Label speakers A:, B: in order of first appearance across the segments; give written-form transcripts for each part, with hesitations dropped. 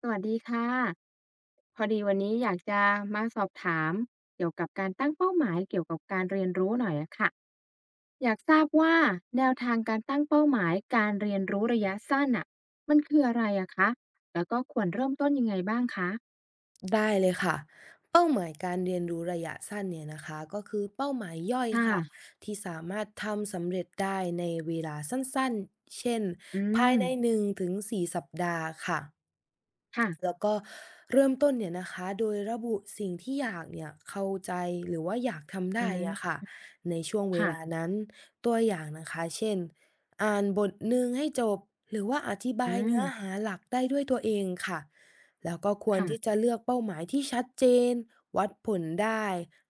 A: สวัสดีค่ะพอดีวันนี้อยากจะมาสอบถามเกี่ยวกับการตั้งเป้าหมายเกี่ยวกับการเรียนรู้หน่อยอะค่ะอยากทราบว่าแนวทางการตั้งเป้าหมายการเรียนรู้ระยะสั้นน่ะมันคืออะไรอะคะแล้วก็ควรเริ่มต้นยังไงบ้างคะ
B: ได้เลยค่ะเป้าหมายการเรียนรู้ระยะสั้นเนี่ยนะคะก็คือเป้าหมายย่อยค่ะ
A: ค่ะ
B: ที่สามารถทำสำเร็จได้ในเวลาสั้นๆเช่น
A: อื
B: ภาย
A: ม
B: ในหนึึ่งงถงสี่สัปดาห์ค่ะ แล้
A: ค่ะ
B: วก็เริ่มต้นเนี่ยนะคะโดยระบุสิ่งที่อยากเนี่ยเข้าใจหรือว่าอยากทำได้
A: อืม
B: อะค่ะในช่วงเว
A: ค่ะ
B: ลานั้นตัวอย่างนะคะเช่นอ่านบทหนึ่งให้จบหรือว่าอธิบา
A: อื
B: ยเนื้
A: ม
B: อหาหลักได้ด้วยตัวเองค่ะแล้วก็ควรที่จะ
A: ค่ะ
B: เลือกเป้าหมายที่ชัดเจนวัดผลได้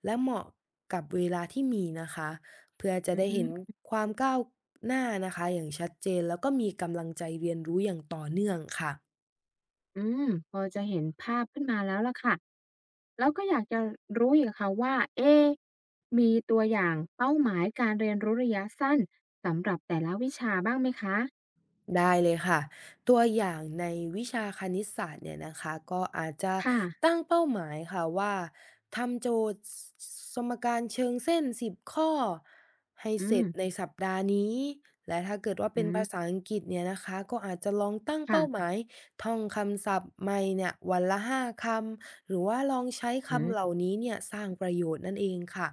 B: และเหมาะกับเวลาที่มีนะคะเพื่อ
A: อ
B: จะได้
A: ื
B: เห็น
A: ม
B: ความก้าวหน้านะคะอย่างชัดเจนแล้วก็มีกำลังใจเรียนรู้อย่างต่อเนื่องค่ะ
A: อืมพอจะเห็นภาพขึ้นมาแล้วล่ะค่ะ แล้วก็อยากจะรู้อีกค่ะว่าเอ๊ะมีตัวอย่างเป้าหมายการเรียนรู้ระยะสั้นสำหรับแต่ละวิชาบ้างไหมคะ
B: ได้เลยค่ะตัวอย่างในวิชาคณิตศาสตร์เนี่ยนะคะก็อาจจะ
A: ค่ะ
B: ตั้งเป้าหมายค่ะว่าทำโจทย์สสมการเชิงเส้น10ข้อให้
A: อื
B: เสร็
A: ม
B: จในสัปดาห์นี้และถ้าเกิดว่า
A: อื
B: เป็นภา
A: ม
B: ษาอังกฤษเนี่ยนะคะก็อาจจะลองตั้งเป้าห
A: ค่ะ
B: มายท่องคำศัพท์ใหม่เนี่ยวันละ5 คำหรือว่าลองใช้
A: อื
B: คำเหล่า
A: ม
B: นี้เนี่ยสร้างประโยชน์นั่นเองค่ะ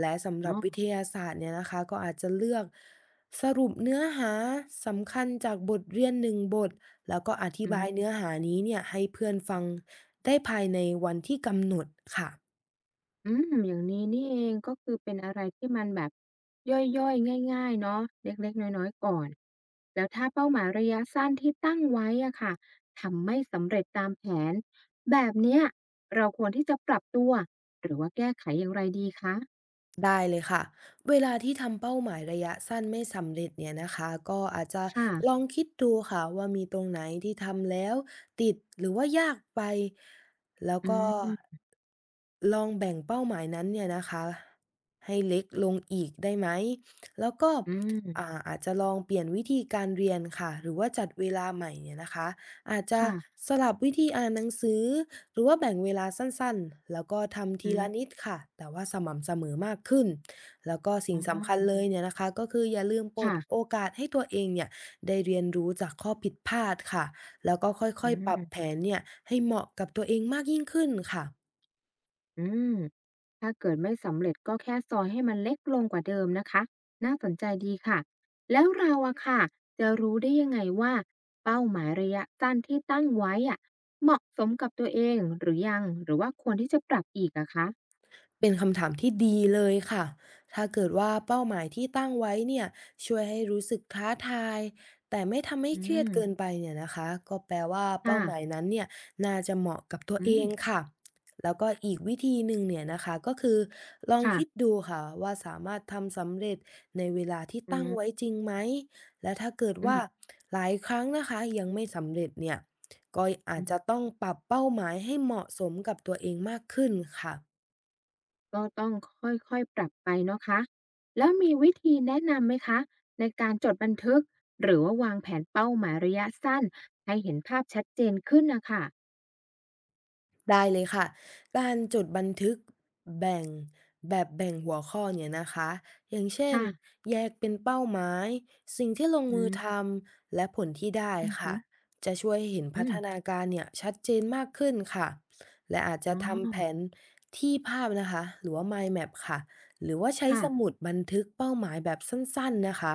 B: และสำห
A: อ๋
B: รั
A: อ
B: บวิทยาศาสตร์เนี่ยนะคะก็อาจจะเลือก สรุปเนื้อหาสำคัญจากบทเรียน1 บทแล้วก็อธิ
A: อื
B: บายเนื้
A: ม
B: อหานี้เนี่ยให้เพื่อนฟังได้ภายในวันที่กำหนดค่ะ
A: อืมอย่างนี้นี่เองก็คือเป็นอะไรที่มันแบบย่อยๆง่ายๆเนาะเล็กๆน้อยๆก่อนแล้วถ้าเป้าหมายระยะสั้นที่ตั้งไว้อะค่ะทำไม่สำเร็จตามแผนแบบเนี้ยเราควรที่จะปรับตัวหรือว่าแก้ไขอย่างไรดีคะ
B: ได้เลยค่ะเวลาที่ทำเป้าหมายระยะสั้นไม่สำเร็จเนี่ยนะคะก็อาจจะลอ
A: ค่ะ
B: งคิดดูค่ะว่ามีตรงไหนที่ทำแล้วติดหรือว่ายากไปแล้ว
A: อื
B: ก็
A: ม
B: ลองแบ่งเป้าหมายนั้นเนี่ยนะคะให้เล็กลงอีกได้ไหมแล้วก็
A: อืม
B: อาจจะลองเปลี่ยนวิธีการเรียนค่ะหรือว่าจัดเวลาใหม่เนี่ยนะคะอาจจะ
A: ค่ะ
B: สลับวิธีอ่านหนังสือ หรือว่าแบ่งเวลาสั้นๆ แล้วก็ทำ
A: อื
B: ทีละนิด
A: ม
B: ค่ะ แต่ว่าสม่ำเสมอมากขึ้น แล้วก็สิ่
A: อ๋
B: งสำคัญ
A: อ
B: เลยเนี่ยนะคะ ก็คืออย่าลืมเปลดโอ
A: ค่ะ
B: กาสให้ตัวเองเนี่ยได้เรียนรู้จากข้อผิดพลาดค่ะ แล้วก็ค่
A: อื
B: อยๆ ปรับแผ
A: ม
B: นเนี่ยให้เหมาะกับตัวเองมากยิ่งขึ้นค่ะ
A: อืมถ้าเกิดไม่สำเร็จก็แค่ซอยให้มันเล็กลงกว่าเดิมนะคะน่าสนใจดีค่ะแล้วเราอะค่ะจะรู้ได้ยังไงว่าเป้าหมายระยะสั้นที่ตั้งไว้อะเหมาะสมกับตัวเองหรือยังหรือว่าควรที่จะปรับอีกอะคะ
B: เป็นคำถามที่ดีเลยค่ะ ถ้าเกิดว่าเป้าหมายที่ตั้งไว้เนี่ยช่วยให้รู้สึกท้าทายแต่ไม่ทำให้
A: อื
B: เครียดเกิน
A: ม
B: ไปเนี่ยนะคะก็แปลว่าเป้าหมาย
A: ค่ะ
B: นั้นเนี่ยน่าจะเหมาะกับตัว
A: อื
B: เอ
A: ม
B: งค่ะแล้วก็อีกวิธีหนึ่งเนี่ยนะคะก็คือลองคิด
A: ค่ะ
B: ดูค่ะว่าสามารถทำสำเร็จในเวลาที่
A: อื
B: ตั้ง
A: ม
B: ไว้จริงไหมและถ้าเกิด
A: อื
B: ว่าหลายครั้งนะคะยังไม่สำเร็จเนี่ยก็อาจจะ
A: ม
B: ต้องปรับเป้าหมายให้เหมาะสมกับตัวเองมากขึ้นค่ะ
A: ก็ต้องค่อยๆปรับไปเนาะคะ แล้วมีวิธีแนะนำไหมคะในการจดบันทึกหรือว่าวางแผนเป้าหมายระยะสั้นให้เห็นภาพชัดเจนขึ้นนะค่ะ
B: ได้เลยค่ะ การจดบันทึกแบ่งแบบแบ่งหัวข้อเนี่ยนะคะ อย่างเช่น
A: ค่ะ
B: แยกเป็นเป้าหมายสิ่งที่ลง
A: อื
B: มือ
A: ม
B: ทำและผลที่ได้
A: อืมอหื
B: ค่ะ
A: อ
B: จะช่วยให้เห็น
A: อื
B: พั
A: ม
B: ฒนาการเนี่ยชัดเจนมากขึ้นค่ะ และอาจจะ
A: อ๋อ
B: ทำแผนที่ภาพนะคะหรือว่า mind map ค่ะหรือว่าใช้
A: ค่ะ
B: สมุดบันทึกเป้าหมายแบบสั้นๆนะคะ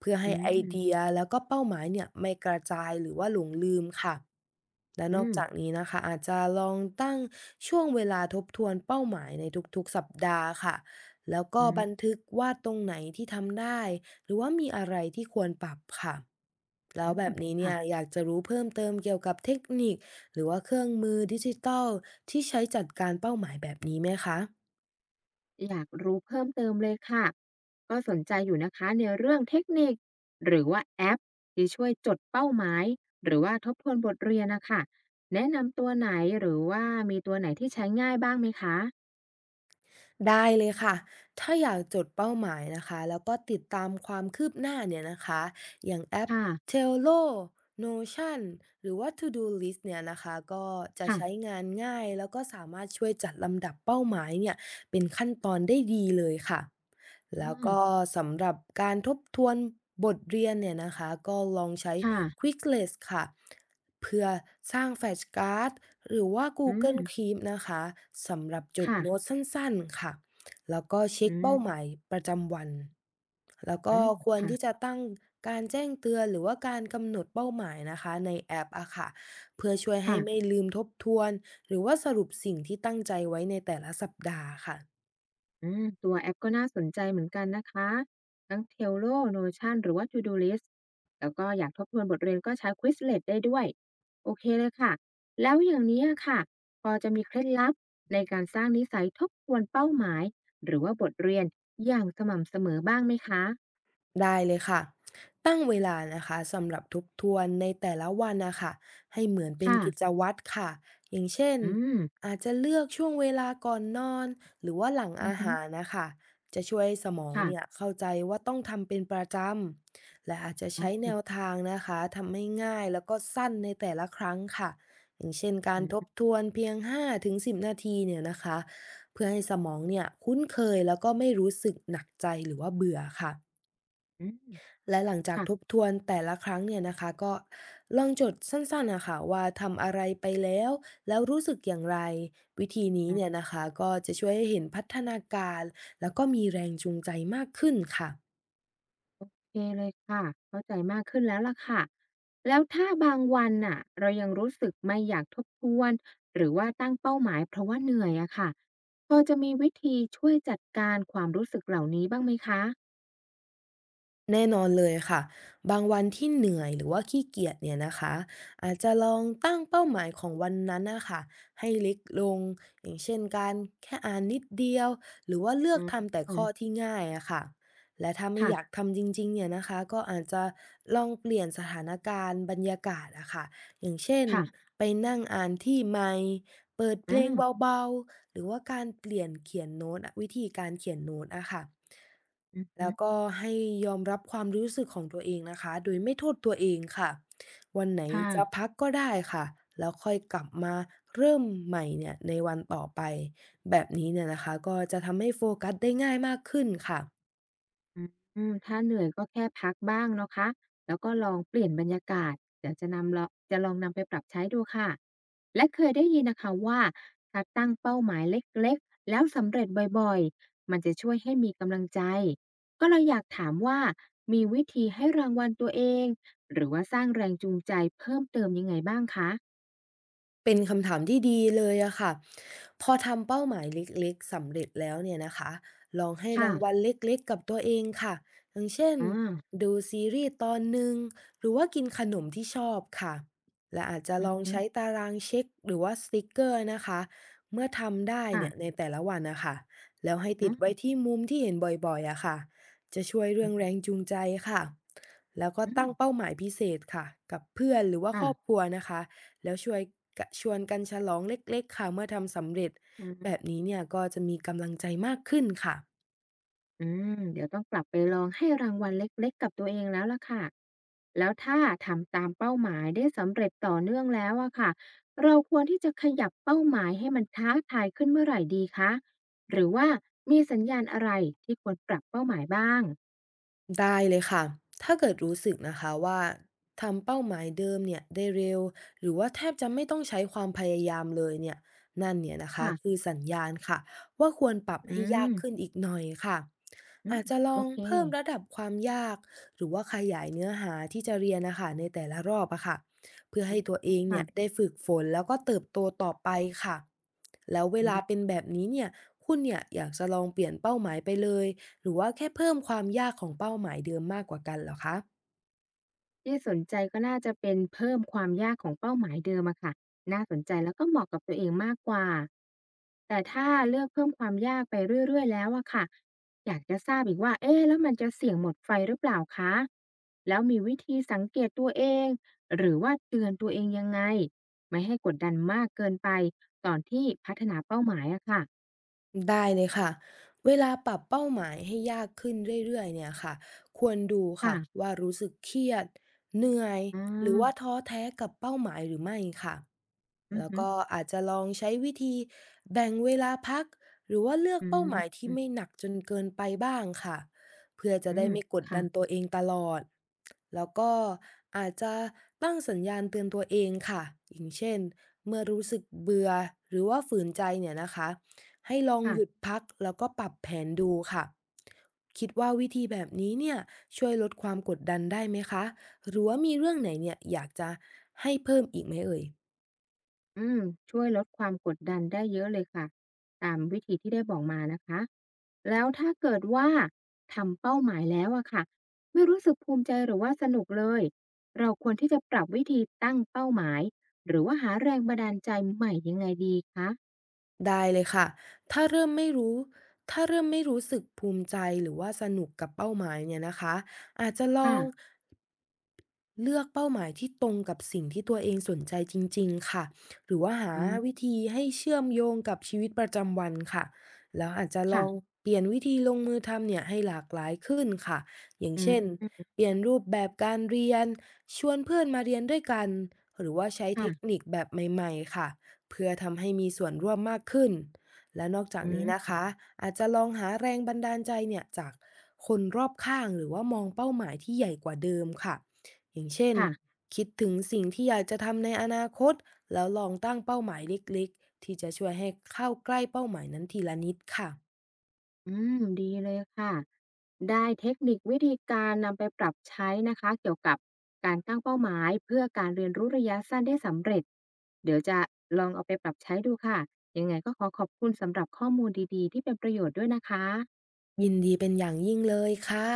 B: เพื่อให้
A: อื
B: ไอ
A: ม
B: เดียแล้วก็เป้าหมายเนี่ยไม่กระจายหรือว่าหลงลืมค่ะและน
A: อื
B: อก
A: ม
B: จากนี้นะคะอาจจะลองตั้งช่วงเวลาทบทวนเป้าหมายในทุกๆสัปดาห์ค่ะแล้วก็
A: อืม
B: บันทึกว่าตรงไหนที่ทำได้หรือว่ามีอะไรที่ควรปรับค่ะแล้
A: อื
B: วแบ
A: ม
B: บนี้เนี่
A: ค่ะ
B: ยอยากจะรู้เพิ่มเติมเกี่ยวกับเทคนิคหรือว่าเครื่องมือดิจิทัลที่ใช้จัดการเป้าหมายแบบนี้ไหมคะ
A: อยากรู้เพิ่มเติมเลยค่ะก็สนใจอยู่นะคะในเรื่องเทคนิคหรือว่าแอปที่ช่วยจดเป้าหมายหรือว่าทบทวนบทเรียนนะค่ะแนะนำตัวไหนหรือว่ามีตัวไหนที่ใช้ง่ายบ้างไหมคะ
B: ได้เลยค่ะ ถ้าอยากจดเป้าหมายนะคะแล้วก็ติดตามความคืบหน้าเนี่ยนะคะ อย่างแอป
A: ค่ะ
B: Trello Notion หรือว่า To-do list เนี่ยนะคะก็จะใช้
A: ค่ะ
B: งานง่ายแล้วก็สามารถช่วยจัดลำดับเป้าหมายเนี่ยเป็นขั้นตอนได้ดีเลยค่ะ
A: อ๋
B: แล้ว
A: อ
B: ก็สำหรับการทบทวนบทเรียนเนี่ยนะคะก็ลองใช้
A: ค่ะ
B: Quizlet ค่ะ เพื่อสร้างแฟลชการ์ดหรือว่า
A: อืม
B: Google Keep นะคะสำหรับจด
A: ค่ะ
B: โน้ตสั้นๆค่ะแล้วก็เช็
A: อื
B: ค
A: ม
B: เป้าหมายประจำวันแล้ว
A: อื
B: ก็
A: ม
B: ควร
A: ค่ะ
B: ที่จะตั้งการแจ้งเตือนหรือว่าการกำหนดเป้าหมายนะคะในแอปอะค่ะเพื่อช่วยให้ไม่
A: ค่ะ
B: ลืมทบทวนหรือว่าสรุปสิ่งที่ตั้งใจไว้ในแต่ละสัปดาห์ค่ะ
A: อืมตัวแอปก็น่าสนใจเหมือนกันนะคะทั้ง Trello Notion หรือว่า To-do list แล้วก็อยากทบทวนบทเรียนก็ใช้ Quizlet ได้ด้วย โอเคเลยค่ะ แล้วอย่างนี้อะค่ะ พอจะมีเคล็ดลับในการสร้างนิสัยทบทวนเป้าหมายหรือว่าบทเรียนอย่างสม่ำเสมอบ้างไหมคะ
B: ได้เลยค่ะ ตั้งเวลานะคะสำหรับทบทวนในแต่ละวันนะคะให้เหมือนเป็น
A: ค่ะ
B: กิจวัตรค่ะอย่างเช่น
A: อืม
B: อาจจะเลือกช่วงเวลาก่อนนอนหรือว่าหลัง
A: อือ
B: อา
A: ฮึ
B: หารนะคะจะช่วยให้สมอง
A: ค่ะ
B: เนี่ยเข้าใจว่าต้องทำเป็นประจำและอาจจะ
A: อ๋
B: ใช้แน
A: อ
B: วทางนะคะทำให้ง่ายแล้วก็สั้นในแต่ละครั้งค่ะอย่างเช่นการ
A: อื
B: ทบ
A: ม
B: ทวนเพียง5-10นาทีเนี่ยนะคะเพื่อให้สมองเนี่ยคุ้นเคยแล้วก็ไม่รู้สึกหนักใจหรือว่าเบื่อค่ะ
A: อืม
B: และหลังจาก
A: ค่ะ
B: ทบทวนแต่ละครั้งเนี่ยนะคะก็ลองจดสั้นๆนะคะว่าทำอะไรไปแล้วแล้วรู้สึกอย่างไรวิธีนี้เนี่ยนะคะก็จะช่วยให้เห็นพัฒนาการแล้วก็มีแรงจูงใจมากขึ้นค่ะ
A: เคเลยค่ะเข้าใจมากขึ้นแล้วล่ะค่ะ แล้วถ้าบางวันน่ะเรายังรู้สึกไม่อยากทบทวนหรือว่าตั้งเป้าหมายเพราะว่าเหนื่อยอะค่ะพอจะมีวิธีช่วยจัดการความรู้สึกเหล่านี้บ้างไหมคะ
B: แน่นอนเลยค่ะบางวันที่เหนื่อยหรือว่าขี้เกียจเนี่ยนะคะอาจจะลองตั้งเป้าหมายของวันนั้นนะคะให้เล็กลงอย่างเช่นการแค่อ่านนิดเดียวหรือว่าเลือ
A: อื
B: ก
A: ม
B: ทำแต่
A: อ๋อ
B: ข้อที่ง่ายอะค่ะและถ้าไม่
A: ค่ะ
B: อยากทำจริงๆเนี่ยนะคะก็อาจจะลองเปลี่ยนสถานการณ์บรรยากาศอะค่ะอย่างเช่น
A: ค่ะ
B: ไปนั่งอ่านที่ใหม่ เปิดเพ
A: อื
B: ล
A: ม
B: งเบาๆ หรือว่าการเปลี่ยนเขียนโน้ตอะวิธีการเขียนโน้ตอะค่ะ
A: อือ
B: แล้วก็ให้ยอมรับความรู้สึกของตัวเองนะคะโดยไม่โทษตัวเองค่ะวันไหน
A: ค่ะ
B: จะพักก็ได้ค่ะแล้วค่อยกลับมาเริ่มใหม่เนี่ยในวันต่อไปแบบนี้เนี่ยนะคะก็จะทำให้โฟกัสได้ง่ายมากขึ้นค่ะ
A: อืมถ้าเหนื่อยก็แค่พักบ้างนะคะแล้วก็ลองเปลี่ยนบรรยากาศเดี๋ยวจะลองนำไปปรับใช้ดูค่ะและเคยได้ยินนะคะว่าถ้าตั้งเป้าหมายเล็กๆแล้วสำเร็จบ่อยๆมันจะช่วยให้มีกำลังใจก็เลยอยากถามว่ามีวิธีให้รางวัลตัวเองหรือว่าสร้างแรงจูงใจเพิ่มเติมยังไงบ้างคะ
B: เป็นคำถามที่ดีเลยอะค่ะพอทำเป้าหมายเล็กๆสำเร็จแล้วเนี่ยนะคะลองให้
A: ค่ะ
B: รางวัลเล็กๆกับตัวเองค่ะอย่างเช่น
A: อา
B: ดูซีรีส์ตอนหนึ่งหรือว่ากินขนมที่ชอบค่ะและอาจจะ
A: อื
B: ลอ
A: อ
B: ง
A: ฮึ
B: ใช้ตารางเช็คหรือว่าสติกเกอร์นะคะเมื่อทำได้เนี่ยใน
A: ค่ะ
B: แต่ละวันนะคะแล้วให้ติ
A: อา
B: ดไว้ที่มุมที่เห็นบ่อยๆอะค่ะจะช่วยเรื่
A: อื
B: องแรงจูงใจค่ะแล้วก็
A: อื
B: ตั้
A: ม
B: งเป้าหมายพิเศษค่ะกับเพื่อนหรือว่าครอบค
A: ค่ะ
B: รัวนะคะ แล้วช่วยกะชวนกันฉลองเล็กๆค่ะเมื่อทำสำเร็จแบบนี้เนี่ยก็จะมีกำลังใจมากขึ้นค่ะ
A: อืมเดี๋ยวต้องกลับไปลองให้รางวัลเล็กๆกับตัวเองแล้วล่ะค่ะแล้วถ้าทำตามเป้าหมายได้สำเร็จต่อเนื่องแล้วอะค่ะเราควรที่จะขยับเป้าหมายให้มันท้าทายขึ้นเมื่อไหร่ดีคะหรือว่ามีสัญญาณอะไรที่ควรปรับเป้าหมายบ้าง
B: ได้เลยค่ะ ถ้าเกิดรู้สึกนะคะว่าทำเป้าหมายเดิมเนี่ยได้เร็วหรือว่าแทบจะไม่ต้องใช้ความพยายามเลยเนี่ยนั่นเนี่ยนะคะคือ
A: ค่ะ
B: สัญญาณค่ะว่าควรปรับ
A: อื
B: ให้ยาก
A: ม
B: ขึ้นอีกหน่อยค่ะ
A: อื
B: อา
A: ม
B: จจะลอ
A: โอ
B: ง
A: เค
B: เพิ่มระดับความยากหรือว่าขยายเนื้อหาที่จะเรียนนะคะในแต่ละรอบอะค่ะเพื่อให้ตัวเอ
A: อะ
B: ง
A: ค่ะ
B: เนี่ยได้ฝึกฝนแล้วก็เติบโตต่อไปค่ะแล้วเว
A: อื
B: ลาเป็
A: ม
B: นแบบนี้เนี่ยคุณเนี่ยอยากจะลองเปลี่ยนเป้าหมายไปเลย หรือว่าแค่เพิ่มความยากของเป้าหมายเดิมมากกว่ากันเหรอคะ
A: ที่สนใจก็น่าจะเป็นเพิ่มความยากของเป้าหมายเดิมอะค่ะน่าสนใจแล้วก็เหมาะกับตัวเองมากกว่าแต่ถ้าเลือกเพิ่มความยากไปเรื่อยๆแล้วอะค่ะอยากจะทราบอีกว่าเอ๊ะแล้วมันจะเสี่ยงหมดไฟหรือเปล่าคะแล้วมีวิธีสังเกตตัวเองหรือว่าเตือนตัวเองยังไงไม่ให้กดดันมากเกินไปตอนที่พัฒนาเป้าหมายอะค่ะ
B: ได้เลยค่ะเวลาปรับเป้าหมายให้ยากขึ้นเรื่อยๆเนี่ยค่ะควรดู
A: ค่ะ
B: ค่ะว่ารู้สึกเครียดเหนื่อย
A: อ
B: หรือว่า
A: า
B: ท้อแท้กับเป้าหมายหรือไม่ค่ะ
A: อือ
B: แล้ว
A: ฮึ
B: ก็อาจจะลองใช้วิธีแบ่งเวลาพักหรือว่าเลือก
A: อื
B: เป้า
A: ม
B: หมายที่
A: อืม
B: ไม่หนักจนเกินไปบ้างค่ะเพื่อจะ
A: อื
B: ได้
A: ม
B: ไม่กด
A: ค่ะ
B: ดันตัวเองตลอด แล้วก็อาจจะตั้งสัญญาณเตือนตัวเองค่ะอย่างเช่นเมื่อรู้สึกเบื่อหรือว่าฝืนใจเนี่ยนะคะ ให้ลองหยุด
A: ค่ะ
B: พักแล้วก็ปรับแผนดูค่ะคิดว่าวิธีแบบนี้เนี่ยช่วยลดความกดดันได้ไหมคะหรือว่ามีเรื่องไหนเนี่ยอยากจะให้เพิ่มอีกไหมเอ่ย
A: อืมช่วยลดความกดดันได้เยอะเลยค่ะตามวิธีที่ได้บอกมานะคะแล้วถ้าเกิดว่าทำเป้าหมายแล้วอะค่ะไม่รู้สึกภูมิใจหรือว่าสนุกเลยเราควรที่จะปรับวิธีตั้งเป้าหมายหรือว่าหาแรงบันดาลใจใหม่ยังไงดีคะ
B: ได้เลยค่ะถ้าเริ่มไม่รู้ถ้าเริ่มไม่รู้สึกภูมิใจหรือว่าสนุกกับเป้าหมายเนี่ยนะคะอาจจะลอ
A: ค่ะ
B: งเลือกเป้าหมายที่ตรงกับสิ่งที่ตัวเองสนใจจริงๆค่ะหรือว่าหา
A: อืม
B: วิธีให้เชื่อมโยงกับชีวิตประจำวันค่ะแล้วอาจจะลอง
A: ค่ะ
B: เปลี่ยนวิธีลงมือทำเนี่ยให้หลากหลายขึ้นค่ะอย่าง
A: อื
B: เช่น
A: ม
B: เปลี่ยนรูปแบบการเรียนชวนเพื่อนมาเรียนด้วยกันหรือว่าใช้เท
A: ค่ะ
B: คนิคแบบใหม่ๆค่ะ เพื่อทำให้มีส่วนร่วมมากขึ้น และนอกจาก
A: อื
B: นี้
A: ม
B: นะคะอาจจะลองหาแรงบันดาลใจเนี่ยจากคนรอบข้างหรือว่ามองเป้าหมายที่ใหญ่กว่าเดิมค่ะ อย่างเช่น
A: ค่ะ
B: คิดถึงสิ่งที่อยากจะทำในอนาคตแล้วลองตั้งเป้าหมายเล็กๆที่จะช่วยให้เข้าใกล้เป้าหมายนั้นทีละนิดค่ะ
A: อืมดีเลยค่ะได้เทคนิควิธีการนำไปปรับใช้นะคะเกี่ยวกับการตั้งเป้าหมายเพื่อการเรียนรู้ระยะสั้นได้สำเร็จเดี๋ยวจะลองเอาไปปรับใช้ดูค่ะยังไงก็ขอขอบคุณสำหรับข้อมูลดีๆที่เป็นประโยชน์ด้วยนะคะ
B: ยินดีเป็นอย่างยิ่งเลยค่ะ